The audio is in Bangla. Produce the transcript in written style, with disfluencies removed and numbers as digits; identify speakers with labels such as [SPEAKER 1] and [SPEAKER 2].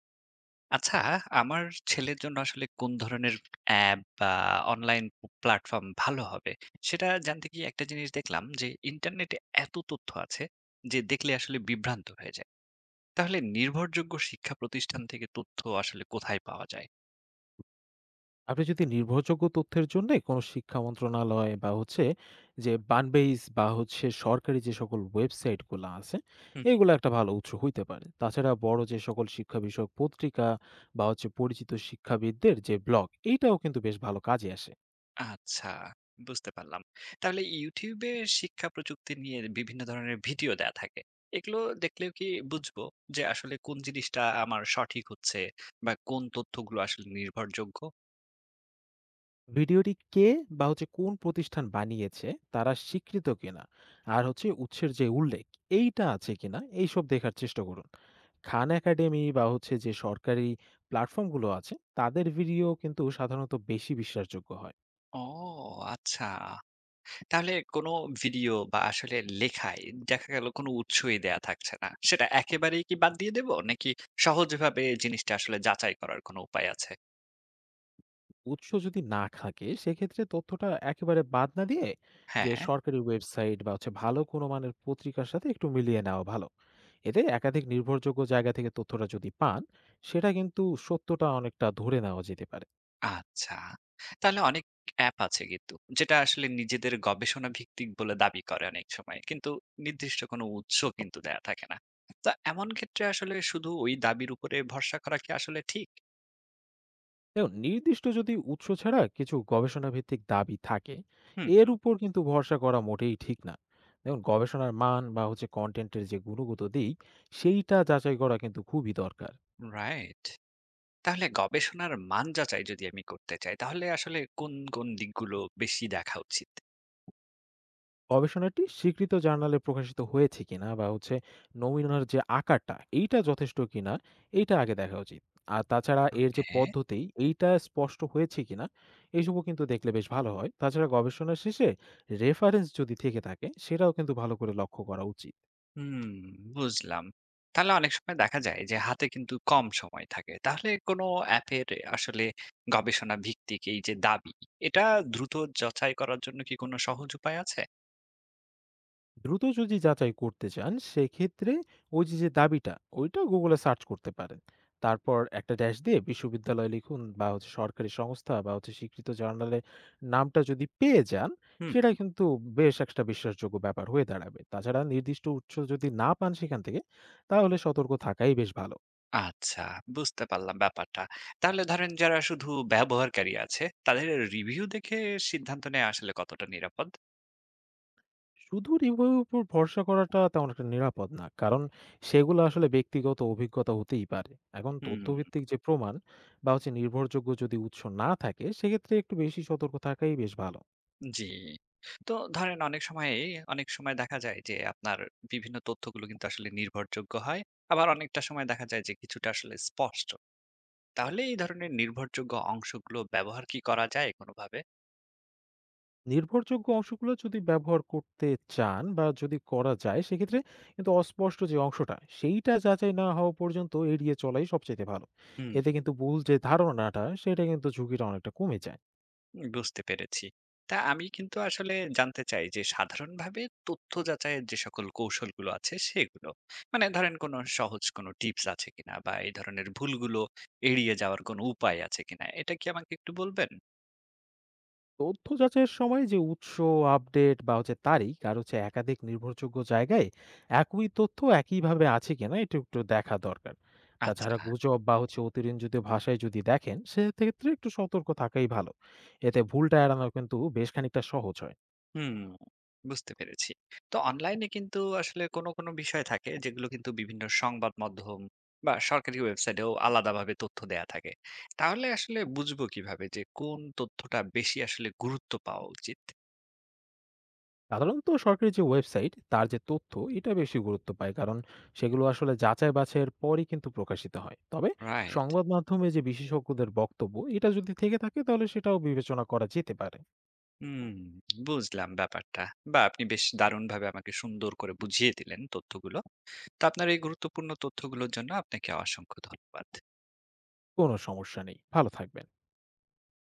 [SPEAKER 1] আচ্ছা, আমার ছেলের জন্য আসলে কোন ধরনের অ্যাপ বা অনলাইন প্ল্যাটফর্ম ভালো হবে? সেটা জানতে গিয়ে একটা জিনিস দেখলাম যে ইন্টারনেটে এত তথ্য আছে যে দেখলে আসলে বিভ্রান্ত হয়ে যায়। তাহলে নির্ভরযোগ্য শিক্ষা প্রতিষ্ঠান থেকে তথ্য আসলে কোথায় পাওয়া যায়?
[SPEAKER 2] আপনি যদি নির্ভরযোগ্য তথ্যের জন্য কোনো শিক্ষা মন্ত্রণালয় বা হচ্ছে যে বানবেইস বা হচ্ছে সরকারি যে সকল ওয়েবসাইটগুলো আছে,
[SPEAKER 1] হুম, হুম।
[SPEAKER 2] এগুলো একটা ভালো উৎস হইতে পারে। তাছাড়া বড় যে সকল শিক্ষা বিষয়ক পত্রিকা বা হচ্ছে পরিচিত শিক্ষাবিদদের যে ব্লগ, এইটাও কিন্তু বেশ ভালো কাজে আসে।
[SPEAKER 1] আচ্ছা, বুঝতে পারলাম। তাহলে YouTube এ শিক্ষা প্রযুক্তি নিয়ে বিভিন্ন ধরনের ভিডিও দেয়া থাকে। এগুলো দেখলেও কি বুঝবো যে আসলে কোন জিনিসটা আমার সঠিক হচ্ছে বা কোন তথ্যগুলো আসলে নির্ভরযোগ্য?
[SPEAKER 2] ভিডিওটি কে বা হচ্ছে কোন প্রতিষ্ঠান বানিয়েছে, তারা স্বীকৃত কিনা, আর হচ্ছে উৎসের যে উল্লেখ এইটা আছে কিনা, এইসব দেখার চেষ্টা করুন। খান একাডেমি বা হচ্ছে যে সরকারি প্ল্যাটফর্মগুলো আছে, তাদের ভিডিও কিন্তু সাধারণত বেশি বিশ্বাসযোগ্য হয়।
[SPEAKER 1] ও আচ্ছা। তাহলে কোনো ভিডিও বা আসলে লেখায় দেখা গেল কোনো উৎসই দেয়া থাকছে না। সেটা একেবারেই কি বাদ দিয়ে দেব? নাকি সহজভাবে জিনিসটা আসলে যাচাই করার কোনো উপায় আছে?
[SPEAKER 2] উৎস যদি না থাকে সেক্ষেত্রে তথ্যটা একেবারে বাদ না দিয়ে
[SPEAKER 1] হ্যাঁ,
[SPEAKER 2] যে
[SPEAKER 1] হ্যাঁ।
[SPEAKER 2] সরকারি ওয়েবসাইট বা হচ্ছে ভালো কোনো মানের পত্রিকার সাথে একটু মিলিয়ে নেওয়া ভালো। এতে একাধিক নির্ভরযোগ্য জায়গা থেকে তথ্যটা যদি পান, সেটা কিন্তু সত্যটা অনেকটা ধরে নেওয়া যেতে পারে।
[SPEAKER 1] আচ্ছা। তাহলে অনেক অ্যাপ আছে কিন্তু যেটা আসলে নিজেদের গবেষণা ভিত্তিক বলে দাবি করে অনেক সময়। কিন্তু নির্দিষ্ট কোনো উৎস কিন্তু দেয়া থাকে না। তো এমন ক্ষেত্রে আসলে শুধু ওই দাবির উপরে ভরসা করা কি আসলে ঠিক?
[SPEAKER 2] দেখুন, নির্দিষ্ট যদি উৎস ছাড়া কিছু গবেষণা ভিত্তিক দাবি থাকে,
[SPEAKER 1] হুম,
[SPEAKER 2] এর উপর কিন্তু ভরসা করা মোটেই ঠিক না। দেখুন, গবেষণার মান বা হচ্ছে কন্টেন্টের যে গুণগত দিক, সেইটা যাচাই করা কিন্তু খুবই দরকার।
[SPEAKER 1] রাইট। তাহলে গবেষণার মান যাচাই যদি আমি করতে চাই তাহলে আসলে কোন কোন দিকগুলো বেশি দেখা উচিত।
[SPEAKER 2] গবেষণাটি স্বীকৃত জার্নালে প্রকাশিত হয়েছে কিনা বা হচ্ছে নমুনার যে আকারটা এইটা যথেষ্ট কিনা, এইটা আগে দেখা উচিত। আর তাছাড়া এর যে
[SPEAKER 1] ওকে।
[SPEAKER 2] পদ্ধতি, এইটা স্পষ্ট হয়েছে কিনা, এইসবও কিন্তু দেখলে বেশ ভালো হয়। তাছাড়া গবেষণার শেষে রেফারেন্স যদি থেকে থাকে, সেটাও কিন্তু ভালো করে লক্ষ্য করা উচিত।
[SPEAKER 1] হুম, বুঝলাম। তাহলে অনেক সময় দেখা যায় যে হাতে কিন্তু কম সময় থাকে, তাহলে কোনো অ্যাপের আসলে গবেষণা ভিত্তিক এই যে দাবি, এটা দ্রুত যাচাই করার জন্য কি কোনো সহজ উপায় আছে?
[SPEAKER 2] দ্রুত যদি যাচাই করতে চান সেক্ষেত্রে ওই যে যে দাবিটা, ওইটা গুগলে সার্চ করতে পারেন। তারপর একটা ড্যাশ দিয়ে বিশ্ববিদ্যালয় লিখুন বা হচ্ছে সরকারি সংস্থা বা হচ্ছে স্বীকৃত জার্নালে নামটা যদি পেয়ে যান,
[SPEAKER 1] হুম।
[SPEAKER 2] সেটা কিন্তু বেশ একটা বিশ্বাসযোগ্য ব্যাপার হয়ে দাঁড়াবে। তাছাড়া নির্দিষ্ট উৎস যদি না পান সেখান থেকে, তাহলে সতর্ক থাকাই বেশ ভালো।
[SPEAKER 1] আচ্ছা, বুঝতে পারলাম ব্যাপারটা। তাহলে ধরেন যারা শুধু ব্যবহারকারী আছে তাদের রিভিউ দেখে সিদ্ধান্ত নেওয়া আসলে কতটা নিরাপদ?
[SPEAKER 2] শুধু রিভিউর উপর ভরসা করাটা তেমন একটা নিরাপদ না। কারণ সেগুলো আসলে ব্যক্তিগত অভিজ্ঞতা হতেই পারে। এখন
[SPEAKER 1] হুম।
[SPEAKER 2] তথ্যভিত্তিক যে প্রমাণ বা হচ্ছে নির্ভরযোগ্য যদি উৎস না থাকে, সেক্ষেত্রে একটু বেশি সতর্ক থাকাই বেশ ভালো।
[SPEAKER 1] জি। তো ধরেন অনেক সময়েই অনেক সময় দেখা যায় যে আপনার বিভিন্ন তথ্যগুলো কিন্তু আসলে নির্ভরযোগ্য হয়। আবার অনেকটা সময় দেখা যায় যে কিছুটা আসলে স্পষ্ট। তাহলে এই ধরনের নির্ভরযোগ্য অংশগুলো ব্যবহার কি করা যায় কোনোভাবে?
[SPEAKER 2] নির্ভরযোগ্য অংশগুলো যদি ব্যবহার করতে চান বা যদি করা যায়, সেক্ষেত্রে কিন্তু অস্পষ্ট যে অংশটা, সেইটা যাচাই না হওয়া পর্যন্ত এড়িয়ে চলাই সবচাইতে ভালো।
[SPEAKER 1] হুম,
[SPEAKER 2] এতে কিন্তু ভুল যে ধারণাটা, সেটা কিন্তু ঝুঁকিটা অনেকটা কমে যায়।
[SPEAKER 1] বুঝতে পেরেছি। তা আমি কিন্তু আসলে জানতে চাই যে সাধারণভাবে তথ্য যাচাইয়ের যে সকল কৌশলগুলো আছে সেগুলো। মানে ধরেন কোনো সহজ কোনো টিপস আছে কিনা? বা এই ধরনের ভুলগুলো এড়িয়ে যাওয়ার কোনো উপায় আছে কিনা? এটা কি আমাকে একটু বলবেন?
[SPEAKER 2] তথ্য যাচাইয়ের সময় যে উৎস আপডেট বা হচ্ছে তারিখ আর হচ্ছে একাধিক নির্ভরযোগ্য জায়গায় একই তথ্য একইভাবে আছে কিনা, এটা একটু দেখা দরকার।
[SPEAKER 1] আচ্ছা।
[SPEAKER 2] তাছাড়া গুজব বা হচ্ছে অতিরঞ্জিত ভাষায় যদি দেখেন, সেক্ষেত্রে একটু সতর্ক থাকাই ভালো। এতে ভুলটা এড়ানো কিন্তু বেশ খানিকটা সহজ হয়।
[SPEAKER 1] হুম, বুঝতে পেরেছি। তো অনলাইনে কিন্তু আসলে কোনো, কোনো বিষয় থাকে যেগুলো কিন্তু বিভিন্ন সংবাদ মাধ্যম বা সরকারি ওয়েবসাইটেও আলাদাভাবে তথ্য দেয়া থাকে। তাহলে আসলে বুঝবো কিভাবে যে কোন তথ্যটা বেশি আসলে গুরুত্ব পাওয়া উচিত?
[SPEAKER 2] সাধারণত সরকারি যে ওয়েবসাইট, তার যে তথ্য এটা বেশি গুরুত্ব পায়, কারণ সেগুলো আসলে যাচাই বাছাইয়ের পরই কিন্তু প্রকাশিত হয়। তবে
[SPEAKER 1] রাইট।
[SPEAKER 2] সংবাদ মাধ্যমে যে বিশেষজ্ঞদের বক্তব্য এটা যদি থেকে থাকে, তাহলে সেটাও বিবেচনা করা যেতে পারে।
[SPEAKER 1] হুম, বুঝলাম ব্যাপারটা। বা আপনি বেশ দারুণভাবে আমাকে সুন্দর করে বুঝিয়ে দিলেন তথ্যগুলো। তো আপনার এই গুরুত্বপূর্ণ তথ্যগুলোর জন্য আপনাকে অসংখ্য ধন্যবাদ।
[SPEAKER 2] কোনো সমস্যা নেই। ভালো থাকবেন।